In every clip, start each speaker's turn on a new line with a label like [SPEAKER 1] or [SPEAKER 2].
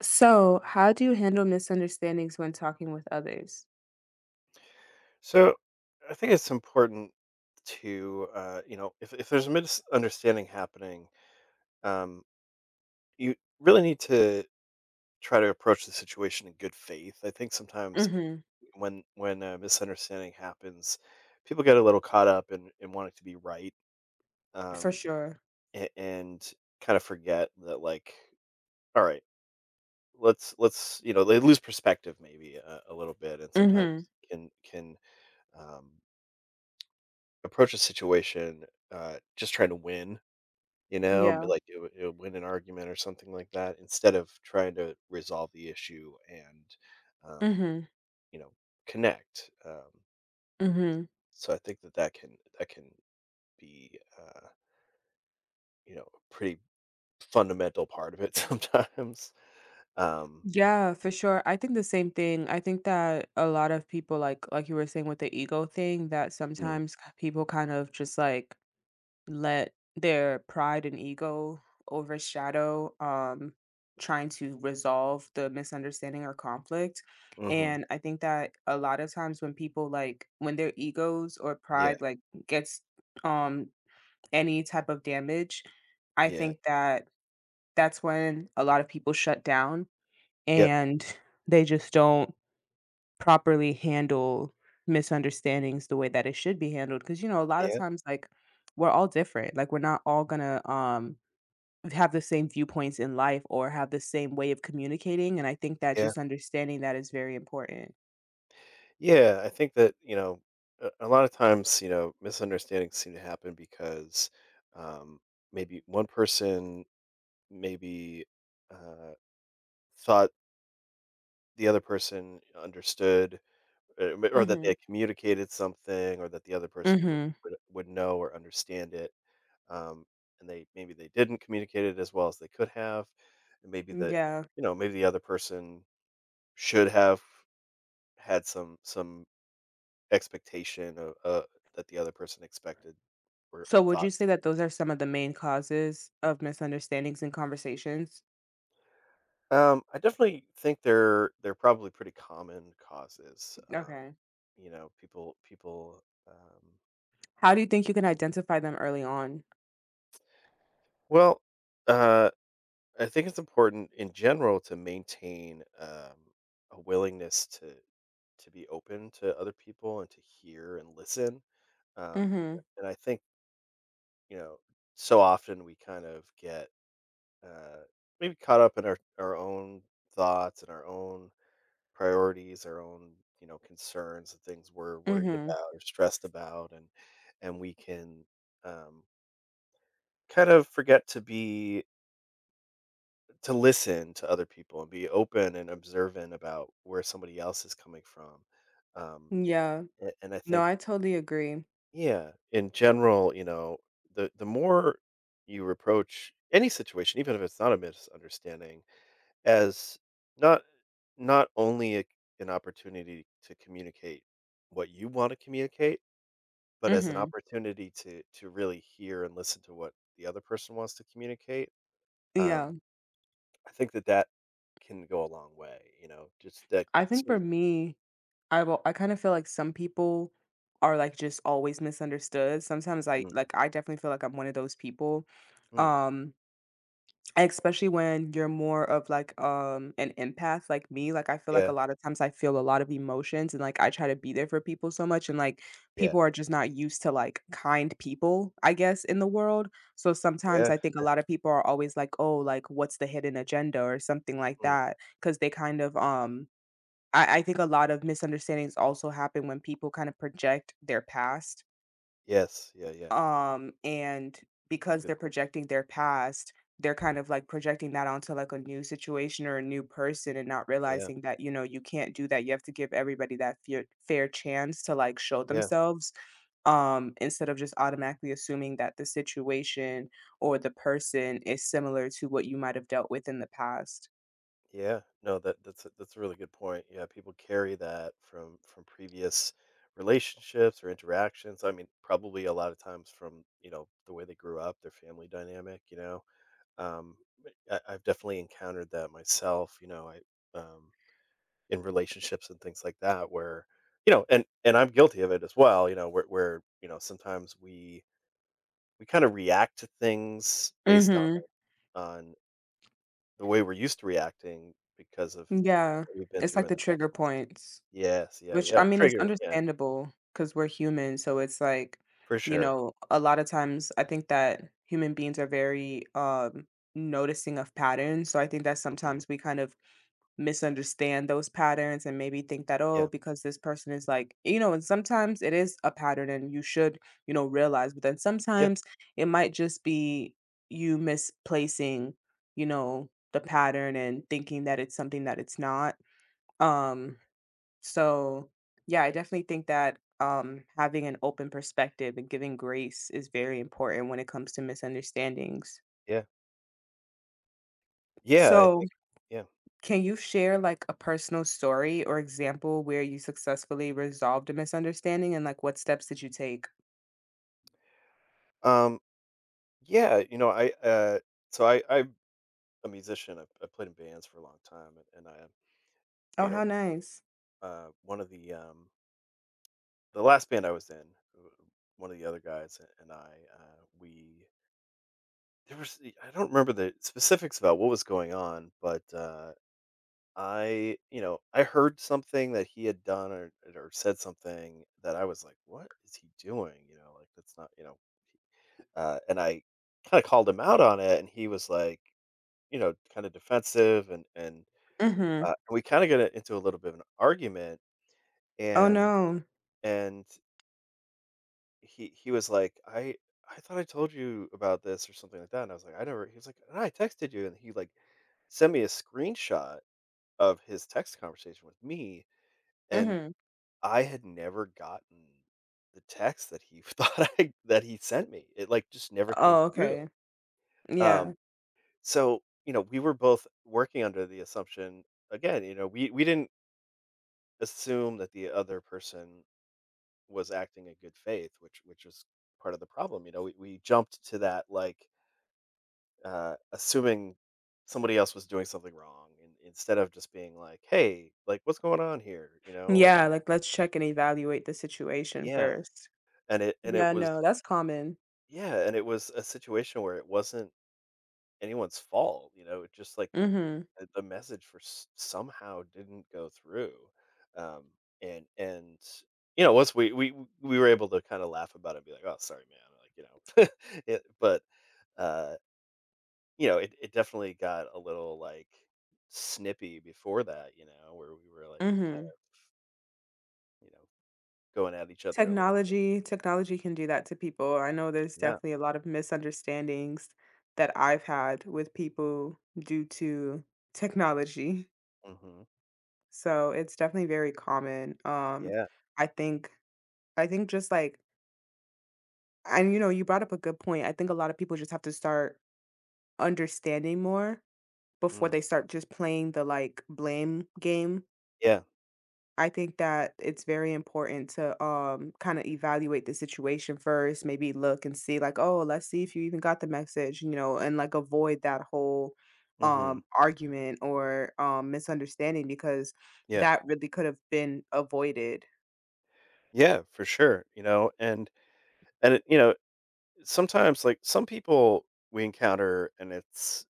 [SPEAKER 1] So, how do you handle misunderstandings when talking with others?
[SPEAKER 2] So I think it's important to you know, if there's a misunderstanding happening, um, you really need to try to approach the situation in good faith. I think sometimes
[SPEAKER 1] Mhm.
[SPEAKER 2] when a misunderstanding happens, people get a little caught up in wanting to be right.
[SPEAKER 1] For
[SPEAKER 2] um,
[SPEAKER 1] sure.
[SPEAKER 2] and kind of forget that, like, all right, let's you know, they lose perspective maybe a little bit, and sometimes
[SPEAKER 1] Mhm.
[SPEAKER 2] can um, approach a situation, just trying to win. You know,
[SPEAKER 1] Yeah.
[SPEAKER 2] but, like, it would win an argument or something like that, instead of trying to resolve the issue and, um,
[SPEAKER 1] Mhm.
[SPEAKER 2] you know, connect.
[SPEAKER 1] Mhm.
[SPEAKER 2] So I think that that can be, you know, a pretty fundamental part of it sometimes. um
[SPEAKER 1] Yeah, for sure. I think the same thing. I think that a lot of people, like you were saying with the ego thing, that
[SPEAKER 2] Mm,
[SPEAKER 1] sometimes people kind of just like let their pride and ego overshadow trying to resolve the misunderstanding or conflict.
[SPEAKER 2] mhm.
[SPEAKER 1] And I think that a lot of times when people, like, when their egos or
[SPEAKER 2] Yeah,
[SPEAKER 1] pride like gets um any type of damage, I
[SPEAKER 2] yeah.
[SPEAKER 1] think that that's when a lot of people shut down
[SPEAKER 2] Yep,
[SPEAKER 1] and they just don't properly handle misunderstandings the way that it should be handled, because, you know, a lot of
[SPEAKER 2] yeah,
[SPEAKER 1] times, like, we're all different, like we're not all gonna have the same viewpoints in life or have the same way of communicating, and I think that
[SPEAKER 2] yeah.
[SPEAKER 1] just understanding that is very important.
[SPEAKER 2] Yeah, I think that, you know, a lot of times, you know, misunderstandings seem to happen because, um, maybe one person, maybe, uh thought the other person understood, uh, or that they
[SPEAKER 1] Mm-hmm.
[SPEAKER 2] had communicated something, or that the other person would
[SPEAKER 1] Mm-hmm.
[SPEAKER 2] would would know or understand it. um, and they, maybe they didn't communicate it as well as they could have, and maybe that,
[SPEAKER 1] Yeah.
[SPEAKER 2] you know, maybe the other person should have had some expectation of, that the other person expected or
[SPEAKER 1] So would you
[SPEAKER 2] thought
[SPEAKER 1] say that
[SPEAKER 2] something.
[SPEAKER 1] those are some of the main causes of misunderstandings in conversations?
[SPEAKER 2] I definitely think they're probably pretty common causes.
[SPEAKER 1] Okay.
[SPEAKER 2] You know, people.
[SPEAKER 1] How do you think you can identify them early on?
[SPEAKER 2] Well, uh, I think it's important in general to maintain, a willingness to be open to other people and to hear and listen. Um,
[SPEAKER 1] Mhm.
[SPEAKER 2] and I think, you know, so often we kind of get, uh, maybe caught up in our own thoughts and our own priorities, our own, you know, concerns, the things we're worried
[SPEAKER 1] Mhm.
[SPEAKER 2] about or stressed about. And we can, um, kind of forget to be to listen to other people and be open and observant about where somebody else is coming from. Um,
[SPEAKER 1] Yeah.
[SPEAKER 2] and I
[SPEAKER 1] No,
[SPEAKER 2] think,
[SPEAKER 1] I totally agree.
[SPEAKER 2] yeah, in general, you know, the more you approach any situation, even if it's not a misunderstanding, as not, only an opportunity to communicate what you want to communicate, but as an
[SPEAKER 1] Mhm.
[SPEAKER 2] opportunity to really hear and listen to what the other person wants to communicate. Um,
[SPEAKER 1] Yeah.
[SPEAKER 2] I think that that can go a long way, you know, just that
[SPEAKER 1] I think
[SPEAKER 2] sort
[SPEAKER 1] for
[SPEAKER 2] of.
[SPEAKER 1] me, I kind of feel like some people are like just always misunderstood. Sometimes I
[SPEAKER 2] Mm,
[SPEAKER 1] like I definitely feel like I'm one of those people.
[SPEAKER 2] mm,
[SPEAKER 1] Um Especially when you're more of, like, an empath like me, like, I feel like
[SPEAKER 2] yeah,
[SPEAKER 1] a lot of times I feel a lot of emotions and, like, I try to be there for people so much, and, like,
[SPEAKER 2] yeah,
[SPEAKER 1] people are just not used to, like, kind people, I guess, in the world. So sometimes
[SPEAKER 2] yeah,
[SPEAKER 1] I think a lot of people are always like, "Oh, like, what's the hidden agenda?" or something like
[SPEAKER 2] mm,
[SPEAKER 1] that, because they kind of, I think a lot of misunderstandings also happen when people kind of project their past,
[SPEAKER 2] yes, yeah, yeah. That's,
[SPEAKER 1] and
[SPEAKER 2] that's a
[SPEAKER 1] because
[SPEAKER 2] good
[SPEAKER 1] they're
[SPEAKER 2] point.
[SPEAKER 1] projecting their past, they're kind of like projecting that onto like a new situation or a new person and not
[SPEAKER 2] Yeah,
[SPEAKER 1] realizing that, you know, you can't do that. You have to give everybody that fair, fair chance to like show
[SPEAKER 2] yeah,
[SPEAKER 1] themselves, instead of just automatically assuming that the situation or the person is similar to what you might have dealt with in the past.
[SPEAKER 2] yeah. No, that's a really good point. Yeah, people carry that from previous relationships or interactions. I mean, probably a lot of times from, you know, the way they grew up, their family dynamic. You know, um, I've definitely encountered that myself. You know, I, in relationships and things like that where, you know, and I'm guilty of it as well, you know, where, you know, sometimes we kind of react to things based on
[SPEAKER 1] Mm-hmm.
[SPEAKER 2] on the way we're used to reacting because of, you know,
[SPEAKER 1] Yeah.
[SPEAKER 2] what we've been
[SPEAKER 1] It's
[SPEAKER 2] through
[SPEAKER 1] like
[SPEAKER 2] in
[SPEAKER 1] the
[SPEAKER 2] the
[SPEAKER 1] trigger
[SPEAKER 2] past.
[SPEAKER 1] points.
[SPEAKER 2] Yes, yeah,
[SPEAKER 1] Which,
[SPEAKER 2] yeah,
[SPEAKER 1] I mean, is
[SPEAKER 2] triggering, yeah,
[SPEAKER 1] understandable because 'cause we're human, so it's like,
[SPEAKER 2] for
[SPEAKER 1] you
[SPEAKER 2] sure.
[SPEAKER 1] know, a lot of times I think that human beings are very, noticing of patterns, so I think that
[SPEAKER 2] Hmm.
[SPEAKER 1] sometimes we kind of misunderstand those patterns and maybe think that, "Oh,
[SPEAKER 2] Yeah,
[SPEAKER 1] because this person is like," you know, and sometimes it is a pattern and you should, you know, realize, but then
[SPEAKER 2] yeah,
[SPEAKER 1] sometimes it might just be you misplacing, you know, the pattern and thinking that it's something that it's not. Um so, yeah, I definitely think that, having an open perspective and giving grace is very important when it comes to misunderstandings.
[SPEAKER 2] yeah, yeah, I
[SPEAKER 1] So,
[SPEAKER 2] think, yeah.
[SPEAKER 1] can you share like a personal story or example where you successfully resolved a misunderstanding, and like what steps did you take?
[SPEAKER 2] um yeah, you know, I, so I'm a musician. I played in bands for a long time, and I,
[SPEAKER 1] Oh,
[SPEAKER 2] you know,
[SPEAKER 1] how nice.
[SPEAKER 2] one of the last band I was in, w- one of the other guys and I, we there was, I don't remember the specifics about what was going on, but, I, you know, I heard something that he had done, or said something, that I was like, what is he doing? You know, like, that's not, you know. And I kind of called him out on it, and he was like, you know, kind of defensive. and and
[SPEAKER 1] Mhm.
[SPEAKER 2] uh, we kind of got into a little bit of an argument,
[SPEAKER 1] Oh
[SPEAKER 2] and
[SPEAKER 1] no.
[SPEAKER 2] and he was like, "I thought I told you about this or something like that," and I was like, "I never." He was like, "No, I texted you," and he, like, sent me a screenshot of his text conversation with me, and
[SPEAKER 1] Mhm.
[SPEAKER 2] I had never gotten the text that he thought I that he sent me. It, like, just never came
[SPEAKER 1] Oh,
[SPEAKER 2] through.
[SPEAKER 1] okay.
[SPEAKER 2] Um,
[SPEAKER 1] Yeah.
[SPEAKER 2] so, you know, we were both working under the assumption. Again, you know, we didn't assume that the other person was acting in good faith, which was part of the problem. You know, we jumped to that, like, assuming somebody else was doing something wrong, and instead of just being like, hey, like, what's going on here, you know, like.
[SPEAKER 1] Yeah, like let's check and evaluate the situation
[SPEAKER 2] Yeah.
[SPEAKER 1] first.
[SPEAKER 2] And it
[SPEAKER 1] Yeah,
[SPEAKER 2] was,
[SPEAKER 1] no, that's common.
[SPEAKER 2] yeah. And it was a situation where it wasn't anyone's fault, you know, it just, like,
[SPEAKER 1] Mhm.
[SPEAKER 2] the message for somehow didn't go through. um and You know, once we we were able to kind of laugh about it and be like, oh, sorry man, like, you know it, but, uh, you know, it definitely got a little, like, snippy before that, you know, where we were, like, kind
[SPEAKER 1] Mhm.
[SPEAKER 2] of, you know, going at each other a little.
[SPEAKER 1] Technology can do that to people. I know there's
[SPEAKER 2] Yeah.
[SPEAKER 1] definitely a lot of misunderstandings that I've had with people due to technology.
[SPEAKER 2] Hmm.
[SPEAKER 1] So, it's definitely very common.
[SPEAKER 2] Yeah.
[SPEAKER 1] I think just like, and, you know, you brought up a good point. I think a lot of people just have to start understanding more before
[SPEAKER 2] Mm.
[SPEAKER 1] they start just playing the, like, blame game.
[SPEAKER 2] Yeah.
[SPEAKER 1] I think that it's very important to kind of evaluate the situation first, maybe look and see like, oh, let's see if you even got the message, you know, and like avoid that whole
[SPEAKER 2] Hmm.
[SPEAKER 1] argument or misunderstanding, because
[SPEAKER 2] Yeah.
[SPEAKER 1] that really could have been avoided.
[SPEAKER 2] Yeah, for sure. You know, you know, sometimes, like, some people we encounter,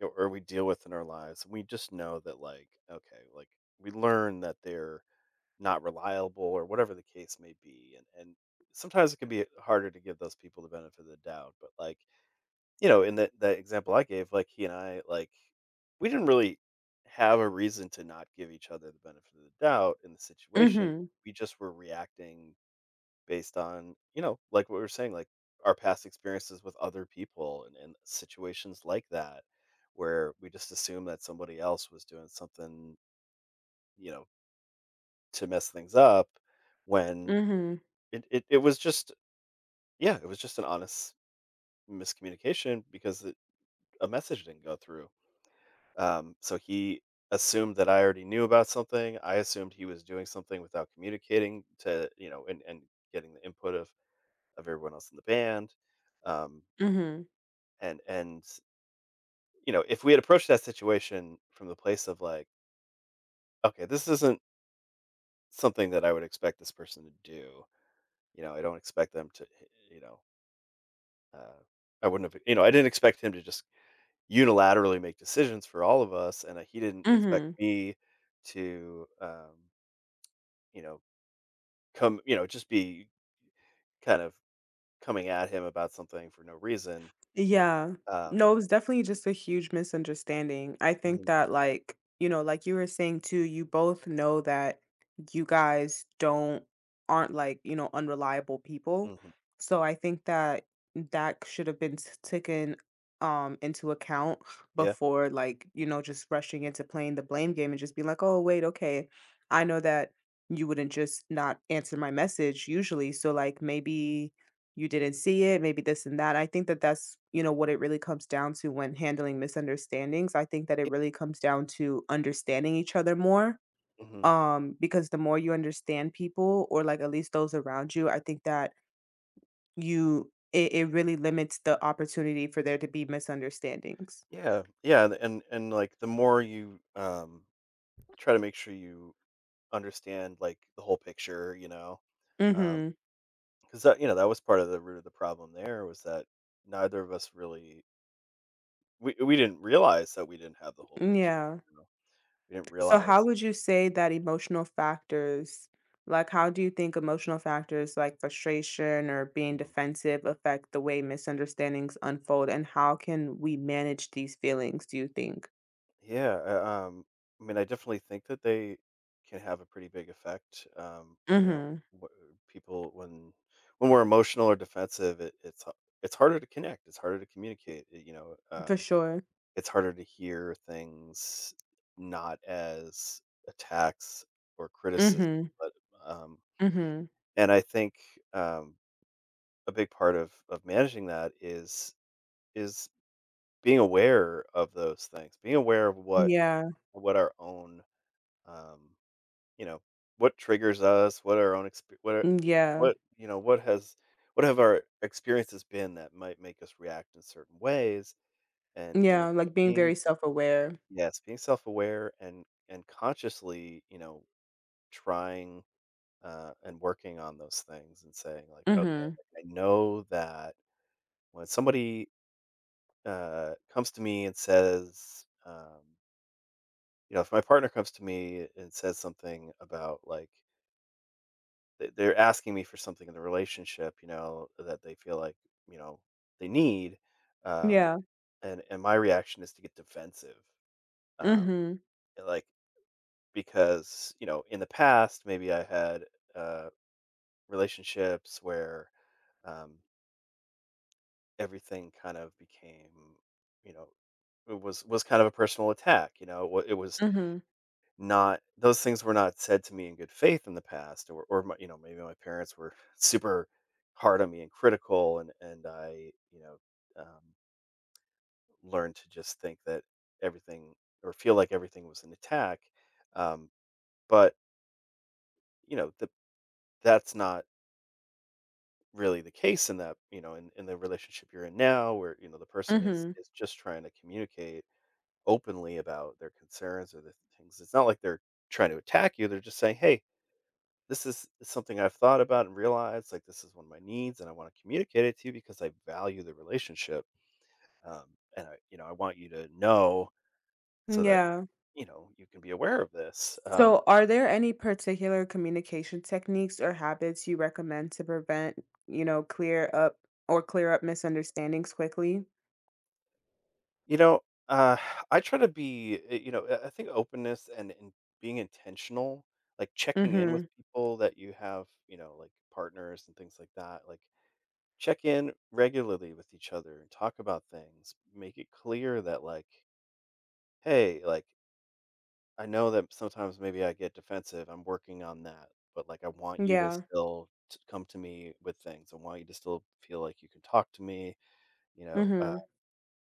[SPEAKER 2] or we deal with in our lives, we just know that, like, okay, like, we learn that they're not reliable or whatever the case may be. And sometimes it can be harder to give those people the benefit of the doubt, but, like, you know, in that example I gave, like, he and I, like, we didn't really have a reason to not give each other the benefit of the doubt in the situation.
[SPEAKER 1] Mhm.
[SPEAKER 2] We just were reacting based on, you know, like, what we were saying, like, our past experiences with other people and situations like that, where we just assumed that somebody else was doing something, you know, to mess things up, when
[SPEAKER 1] Mhm.
[SPEAKER 2] it was just, yeah, it was just an honest miscommunication because it a message didn't go through. So he assumed that I already knew about something. I assumed he was doing something without communicating to, you know, and getting the input of everyone else in the band. Um,
[SPEAKER 1] Mhm.
[SPEAKER 2] and You know, if we had approached that situation from the place of, like, okay, this isn't something that I would expect this person to do. You know, I don't expect them to. You know, uh, I wouldn't have. You know, I didn't expect him to just unilaterally make decisions for all of us, and, he didn't expect
[SPEAKER 1] Mhm.
[SPEAKER 2] me to, you know, come, you know, just be kind of coming at him about something for no reason.
[SPEAKER 1] Yeah.
[SPEAKER 2] Um
[SPEAKER 1] No, it was definitely just a huge misunderstanding. I think
[SPEAKER 2] Mhm,
[SPEAKER 1] that, like, you know, like you were saying too, you both know that you guys don't, aren't like, you know, unreliable people.
[SPEAKER 2] mhm,
[SPEAKER 1] So I think that that should have been s- taken into account
[SPEAKER 2] yeah,
[SPEAKER 1] before, like, you know, just rushing into playing the blame game and just being like, oh wait, okay, I know that you wouldn't just not answer my message usually, so like maybe you didn't see it, maybe this and that. I think that that's, you know, what it really comes down to when handling misunderstandings. I think that it
[SPEAKER 2] yeah,
[SPEAKER 1] really comes down to understanding each other more.
[SPEAKER 2] mhm,
[SPEAKER 1] Because the more you understand people, or like at least those around you, I think that it really limits the opportunity for there to be misunderstandings.
[SPEAKER 2] yeah, yeah, and, like, the more you, try to make sure you understand, like, the whole picture, you know, um,
[SPEAKER 1] Mm-hmm.
[SPEAKER 2] because that, you know, that was part of the root of the problem, there was that neither of us really, we didn't realize that we didn't have the whole picture,
[SPEAKER 1] Yeah.
[SPEAKER 2] you know? We didn't
[SPEAKER 1] So how
[SPEAKER 2] realize.
[SPEAKER 1] would you say that emotional factors like how do you think emotional factors like frustration or being
[SPEAKER 2] Mm.
[SPEAKER 1] defensive affect the way misunderstandings unfold, and how can we manage these feelings, do you think?
[SPEAKER 2] Yeah, I mean, I definitely think that they can have a pretty big effect. You know,
[SPEAKER 1] Mhm.
[SPEAKER 2] wh- people, when we're emotional or defensive, it's harder to connect. It's harder to communicate. You know,
[SPEAKER 1] For sure.
[SPEAKER 2] it's harder to hear things not as attacks or criticism,
[SPEAKER 1] Mhm.
[SPEAKER 2] but, um,
[SPEAKER 1] Mhm.
[SPEAKER 2] and I think, um, a big part of managing that is, is being aware of those things, being aware of what,
[SPEAKER 1] Yeah.
[SPEAKER 2] our own, um, you know, what triggers us, what our own, exp
[SPEAKER 1] Mm, yeah.
[SPEAKER 2] what, you know, what have our experiences been that might make us react in certain ways. And
[SPEAKER 1] Yeah, like being
[SPEAKER 2] being,
[SPEAKER 1] very self-aware.
[SPEAKER 2] yes, being self-aware and consciously, you know, trying, and working on those things and saying, like, "Okay,
[SPEAKER 1] Mhm.
[SPEAKER 2] I know that when somebody, comes to me and says," you know, if my partner comes to me and says something about, like, they're asking me for something in the relationship, you know, that they feel like, you know, they need. Um,
[SPEAKER 1] Yeah.
[SPEAKER 2] and my reaction is to get defensive. Um,
[SPEAKER 1] Mhm.
[SPEAKER 2] and, like, because, you know, in the past, maybe I had, uh, relationships where, um, everything kind of became, you know, it was kind of a personal attack. You know, it was.
[SPEAKER 1] Mhm.
[SPEAKER 2] Not those things were not said to me in good faith in the past, or my, you know, maybe my parents were super hard on me and critical, and I, you know, um, learned to just think that everything, or feel like everything was an attack. um, but, you know, that's not really the case, in that, you know, in the relationship you're in now, where, you know, the person
[SPEAKER 1] Mhm.
[SPEAKER 2] is just trying to communicate openly about their concerns or the things. It's not like they're trying to attack you; they're just saying, "Hey, this is something I've thought about and realized, like, this is one of my needs, and I want to communicate it to you because I value the relationship." Um, and I, you know, I want you to know so that,
[SPEAKER 1] Yeah.
[SPEAKER 2] you know, you can be aware of this.
[SPEAKER 1] So, are there any particular communication techniques or habits you recommend to prevent, you know, clear up, or clear up misunderstandings quickly?
[SPEAKER 2] You know, uh, I try to be, you know, I think openness and being intentional, like checking in with
[SPEAKER 1] Mhm.
[SPEAKER 2] people that you have, you know, like partners and things like that. Like, check in regularly with each other and talk about things. Make it clear that, like, hey, like, I know that sometimes maybe I get defensive, I'm working on that, but, like, I want you to
[SPEAKER 1] Yeah.
[SPEAKER 2] still, t come to me with things, I want you to still feel like you can talk to me, you know,
[SPEAKER 1] Mhm.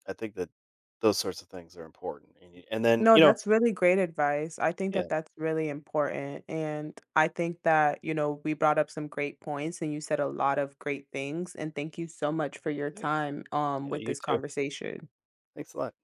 [SPEAKER 2] I think that those sorts of things are important, and then,
[SPEAKER 1] No,
[SPEAKER 2] you know.
[SPEAKER 1] that's really great advice. I think
[SPEAKER 2] Yeah,
[SPEAKER 1] that that's really important, and I think that, you know, we brought up some great points and you said a lot of great things, and thank you so much for your
[SPEAKER 2] thanks.
[SPEAKER 1] time
[SPEAKER 2] Yeah,
[SPEAKER 1] with
[SPEAKER 2] you
[SPEAKER 1] this
[SPEAKER 2] too.
[SPEAKER 1] conversation.
[SPEAKER 2] Thanks a lot.